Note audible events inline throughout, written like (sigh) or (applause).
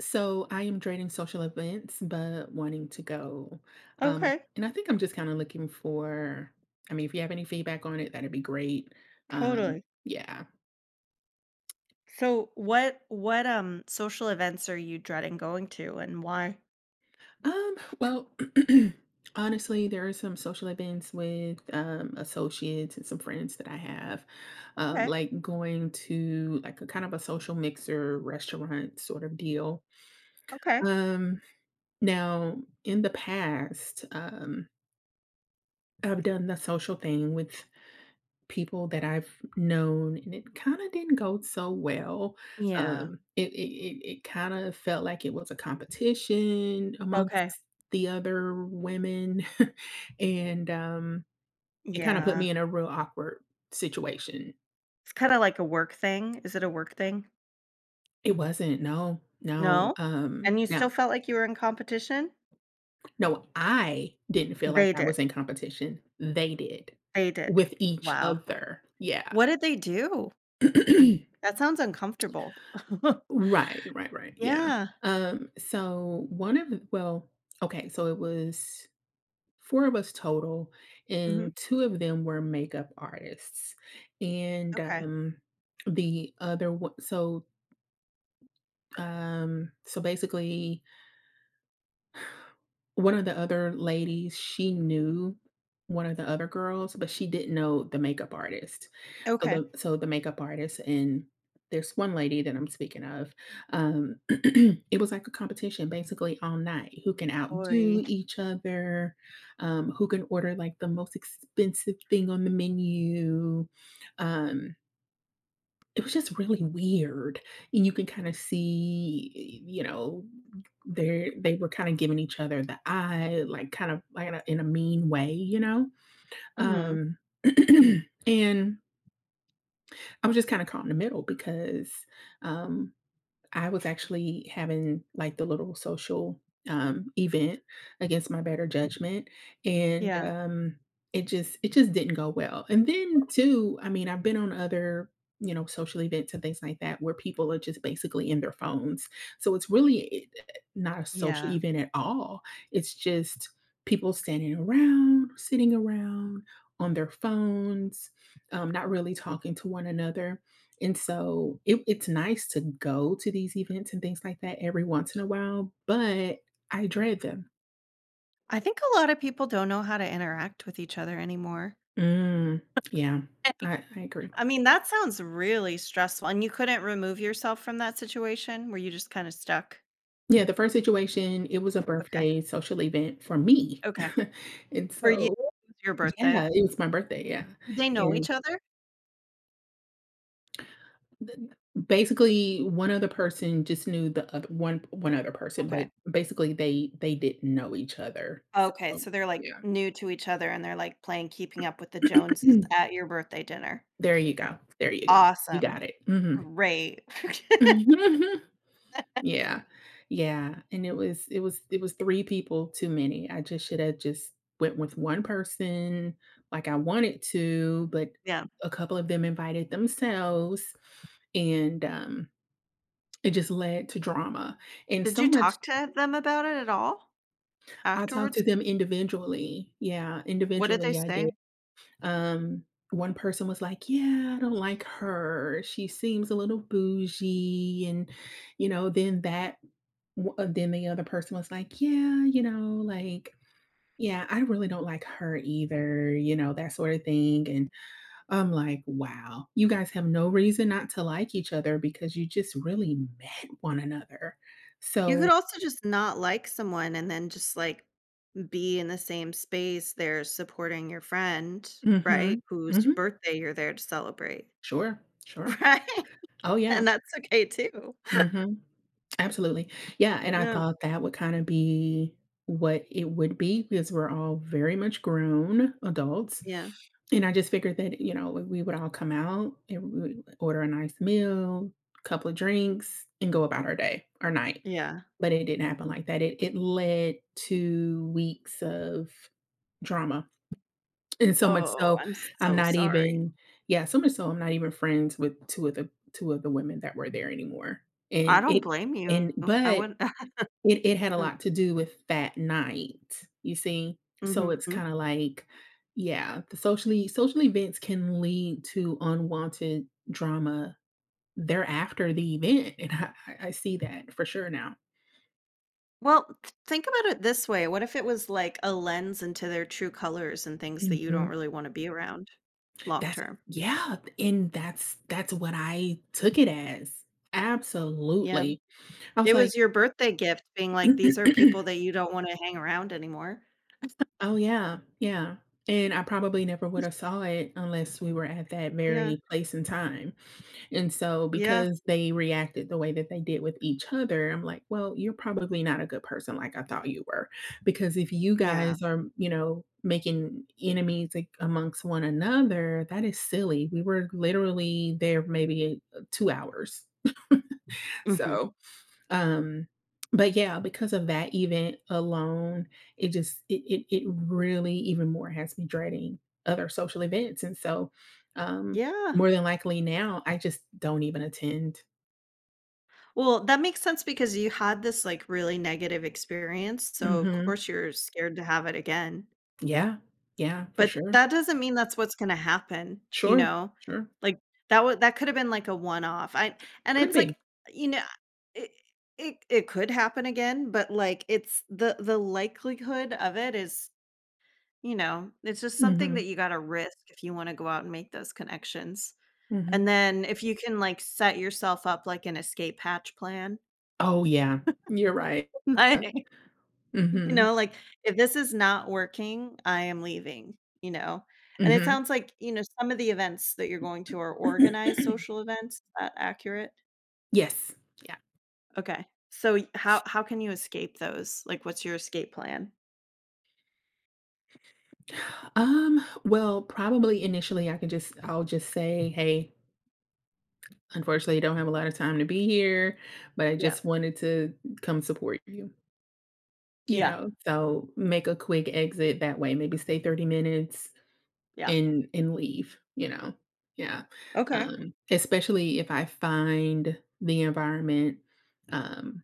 So I am dreading social events, but wanting to go. Um, Okay, and I think I'm just kind of looking for, I mean, if you have any feedback on it, that'd be great. Um, totally. yeah. So what social events are you dreading going to and why? Um, well, (clears throat) Honestly, there are some social events with associates and some friends that I have, Okay. like going to like a kind of a social mixer restaurant sort of deal. Okay. Um, Now, in the past, I've done the social thing with people that I've known, and it kinda didn't go so well. Yeah. It kinda felt like it was a competition amongst Okay. the other women, (laughs) and, um, it kinda put Yeah. me in a real awkward situation. It's kind of like a work thing. Is it a work thing? It wasn't, no, no, No. And you no. still felt like you were in competition? No, I didn't feel like They I did. was in competition, they did They did. with each Wow. other, yeah. What did they do? (clears throat) That sounds uncomfortable. (laughs) Right, right, right, yeah. Yeah. So one of the well, Okay, so it was 4 of us total, hmm and 2 of them were makeup artists, and, Okay. The other one so, so basically one of the other ladies, she knew one of the other girls, but she didn't know the makeup artist. So Okay. the so the makeup artist and there's one lady that I'm speaking of, (clears throat) it was like a competition basically all night, who can Boy. outdo each other, who can order like the most expensive thing on the menu. Um it was just really weird, and you can kinda see, you know, they were kinda giving each other the eye, like, kind of like in a mean way, you know? hmm Um, (clears throat) and I was just kinda caught in the middle because, um, I was actually having like the little social event against my better judgment, and Yeah. It just didn't go well. And then too, I mean, I've been on other, you know, social events and things like that where people are just basically in their phones, so it's really not a social Yeah. event at all. It's just people standing around, sitting around on their phones, not really talking to one another, and so it's nice to go to these events and things like that every once in a while, but I dread them. I think a lot of people don't know how to interact with each other anymore. Mm, yeah, (laughs) I agree. I mean, that sounds really stressful, and you couldn't remove yourself from that situation? Were you just kinda stuck? Yeah, the first situation, it was a Okay, birthday social event for me. okay. (laughs) and For you, so, it was your birthday? yeah, it was my birthday. Yeah. Did they know And each other? th- Basically one other person just knew the other one one other person, but Okay. basically they didn't know each other. Okay, So so they're, like, yeah. new to each other, and they're, like, playing Keeping Up with the Joneses (clears throat) at your birthday dinner. There you go. There you go. You Awesome. got it. Mhm. Great. (laughs) Mhm. (laughs) Yeah. Yeah, and it was 3 people too many. I just shoulda just went with 1 person like I wanted to, but Yeah. a couple of them invited themselves, and, um, it just led to drama, and Did so you much. talk to them about it at all I talked to afterwards? them individually. Yeah, What did they individually I did. say? Um, One person was like, "Yeah, I don't like her. She seems a little bougie," and, you know, then that W then the other person was like, "Yeah, you know, like, yeah, I really don't like her either," you know, that sort of thing, and I'm like, "Wow, you guys have no reason not to like each other because you just really met one another." You So, could also just not like someone and then just, like, be in the same space, they're supporting your friend, right? mhm, Whose mhm, birthday you're there to celebrate, sure, sure. (laughs) right? Oh, yeah, And that's okay too. mhm. Absolutely. Yeah, and I Yeah, thought that would kinda be what it would be because we're all very much grown adults, yeah, and I just figured that, you know, we would all come out and we would order a nice meal, couple of drinks, and go about our day, or night, yeah. but it didn't happen like that. It led to weeks of drama, and so much Oh, so I'm I'm so not sorry. even, yeah, so much so I'm not even friends with 2 of the 2 of the women that were there anymore, I and don't it blame you. and I but wouldn't. it (laughs) had a Yep, lot to do with that night, you see? So it's mhm. kinda like, yeah, the social events can lead to unwanted drama thereafter the event, and I see that for sure now. Well, th think about it this way, what if it was like a lens into their true colors and things that you don't Mhm. really wanna be around long That's term? Yeah, and that's what I took it as. Yeah. Absolutely. I It was like, was your birthday gift being like, "These are people (clears throat) that you don't wanna hang around anymore." oh, yeah, yeah, and I probably never would have saw it unless we were at that Yeah, very place and time. And so yeah. because they reacted the way that they did with each other, I'm like, "Well, you're probably not a good person like I thought you were, because if you Yeah. guys are, you know, making enemies, like, amongst one another, that is silly. We were literally there maybe, 2 hours." Mhm. So, um, but yeah, because of that event alone, it just it really even more has me dreading other social events, and so, um, Yeah. more than likely now, I just don't even attend. Well, that makes sense because you had this, like, really negative experience, so of Mhm. course you're scared to have it again. Yeah. Yeah, for But sure. that doesn't mean that's what's gonna happen, you Sure, know? sure. Like, that would that could've been, like, a one-off. I, and Could it's be. like, you know, it it could happen again, but, like, it's the likelihood of it is, you know, it's just something Mhm, that you gotta risk if you wanna go out and make those connections. And mhm. then if you can, like, set yourself up, like, an escape hatch plan, Oh, yeah. You're right. (laughs) Uh, like, you mhm, know, like, "If this is not working, I am leaving," you know? And it mhm. sounds like, you know, some of the events that you're going to are organized (clears throat) social events. Is that accurate? Yes. Yeah. Okay. So y how can you escape those? Like, what's your escape plan? Well, probably initially, I'll just say, "Hey, unfortunately, I don't have a lot of time to be here, but I Yeah. just wanted to come support you." You Yeah. know? So, make a quick exit that way, maybe stay 30 minutes Yeah. and leave, you know? Yeah. Okay. Especially if I find the environment, um,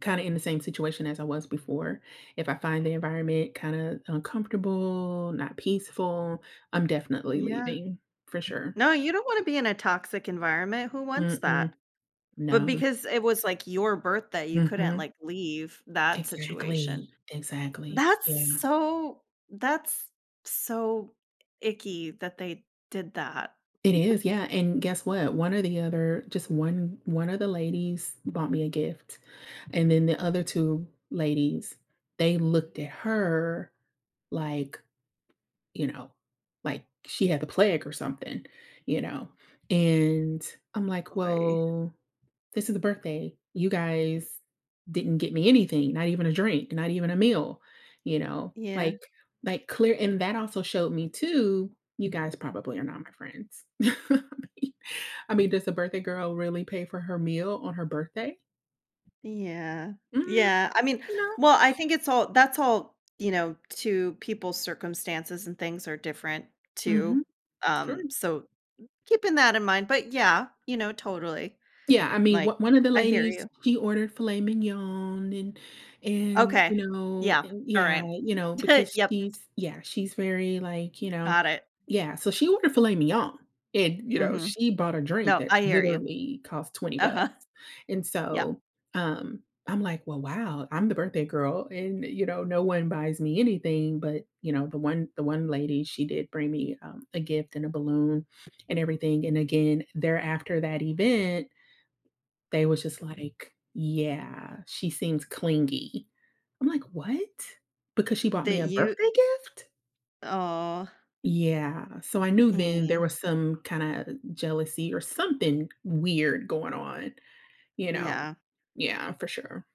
kinda in the same situation as I was before. If I find the environment kinda uncomfortable, not peaceful, I'm definitely Yeah. leaving for sure. No, you don't wanna be in a toxic environment. Who wants Mm-mm. that? But No. because it was, like, your birthday, you couldn't, Mhm. like, leave that situation. Exactly. Exactly. That's Yeah. so, that's so icky that they did that. It (laughs) is, yeah, and guess what? One or the other just one one of the ladies bought me a gift, and then the other 2 ladies, they looked at her like, you know, like she had the plague or something, you know? And I'm like, Oy. well, this is a birthday. You guys didn't get me anything, not even a drink, not even a meal, you know, Yeah. Like clear. And that also showed me too, you guys probably are not my friends. (laughs) Mean, I mean, does a birthday girl really pay for her meal on her birthday? Yeah. Mm, Yeah, I mean, no. well, I think it's all, that's all, you know, to people's circumstances and things are different too. Hmm. Sure. So keeping that in mind, but yeah, you know, totally. Yeah, I mean, Like, one of the I hear ladies, you. she ordered filet mignon and, Okay. you know, Yeah. and All yeah, right. you know, (laughs) because Yep, she's, yeah, she's very, like, you know, got it. yeah, so she ordered filet mignon, and, you know, Mhm. she bought a drink No, that I hear you. literally cost 20 bucks, Uh-huh. and Yep. so, I'm like, "Well, wow, I'm the birthday girl, and, you know, no one buys me anything," but, you know, the one lady, she did bring me, a gift and a balloon and everything, and again, thereafter that event they was just like, "Yeah, she seems clingy." I'm like, "What? Because she bought me That a you. birthday gift?" Oh. Yeah, so I knew then Eh, there was some kinda jealousy or something weird going on, you know? yeah. Yeah, for sure.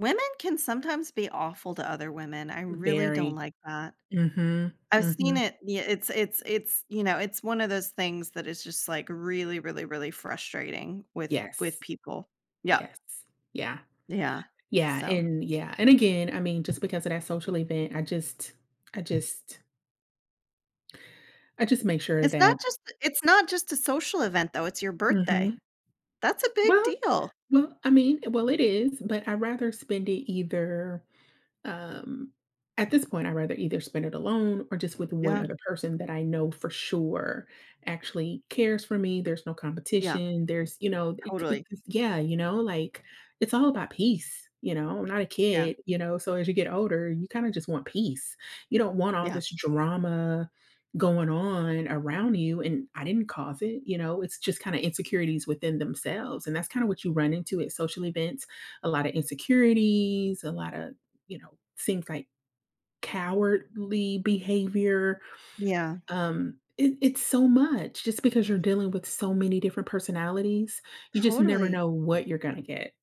Women can sometimes be awful to other women. I really don't Very. like that. Mhm, I've seen mhm. it, yeah, it's, you know, it's one of those things that is just, like, really, really, really frustrating with Yes, people. Yeah, yes. Yeah. yeah. Yeah, So, and yeah, and again, I mean, just because of that social event, I just I just make sure that it's not just a social event, though, it's your birthday. mhm. That's a big Well deal. It is, but I'd rather spend it either, um, at this point, I'd rather either spend it alone or just with one Yeah, other person that I know for sure actually cares for me. There's no yeah, competition. You know, totally. because, yeah, you know, like, it's all about peace. You know, I'm not a Yeah, kid, you know, so as you get older, you kind of just want peace. You don't want all yeah, this drama going on around you. And I didn't cause it, you know, it's just kind of insecurities within themselves. And that's kind of what you run into at social events, a lot of insecurities, a lot of, you know, seems like cowardly behavior. yeah, It's so much just because you're dealing with so many different personalities. You just never totally. know what you're going to get.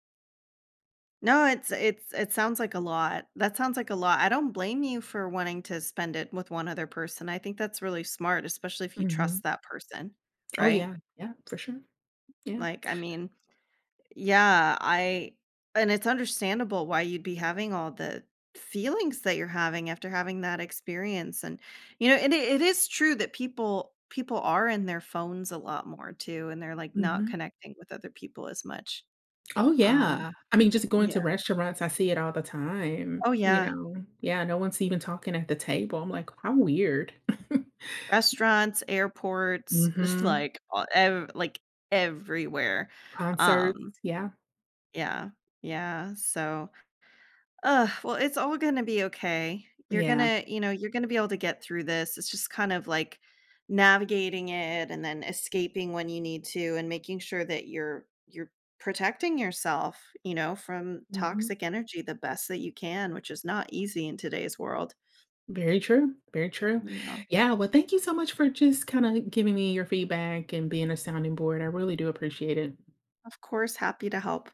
No, it sounds like a lot. That sounds like a lot. I don't blame you for wanting to spend it with one other person. I think that's really smart, especially if you trust Mhm. that person, Oh, right? yeah. Yeah, for sure. Yeah. Like, I mean, Yeah, I and it's understandable why you'd be having all the feelings that you're having after having that experience, and you know, and it is true that people are in their phones a lot more too, and they're like not Mhm. connecting with other people as much. Oh, Um yeah. I mean, just going yeah. to restaurants, I see it all the time. Oh You yeah. know, yeah, no one's even talking at the table. I'm like, how weird. (laughs) Restaurants, airports, (laughs) it's Hmm. like all, like everywhere. Concerts. Um Yeah. yeah. Yeah, so, ugh, well, it's all gonna be okay. You're Yeah. gonna, you know, you're gonna be able to get through this. It's just kind of like navigating it and then escaping when you need to and making sure that you're protecting yourself, you know, from Mhm. toxic energy the best that you can, which is not easy in today's world. Very true, very true. You know, Yeah, well, thank you so much for just kinda giving me your feedback and being a sounding board. I really do appreciate it. of course, happy to help.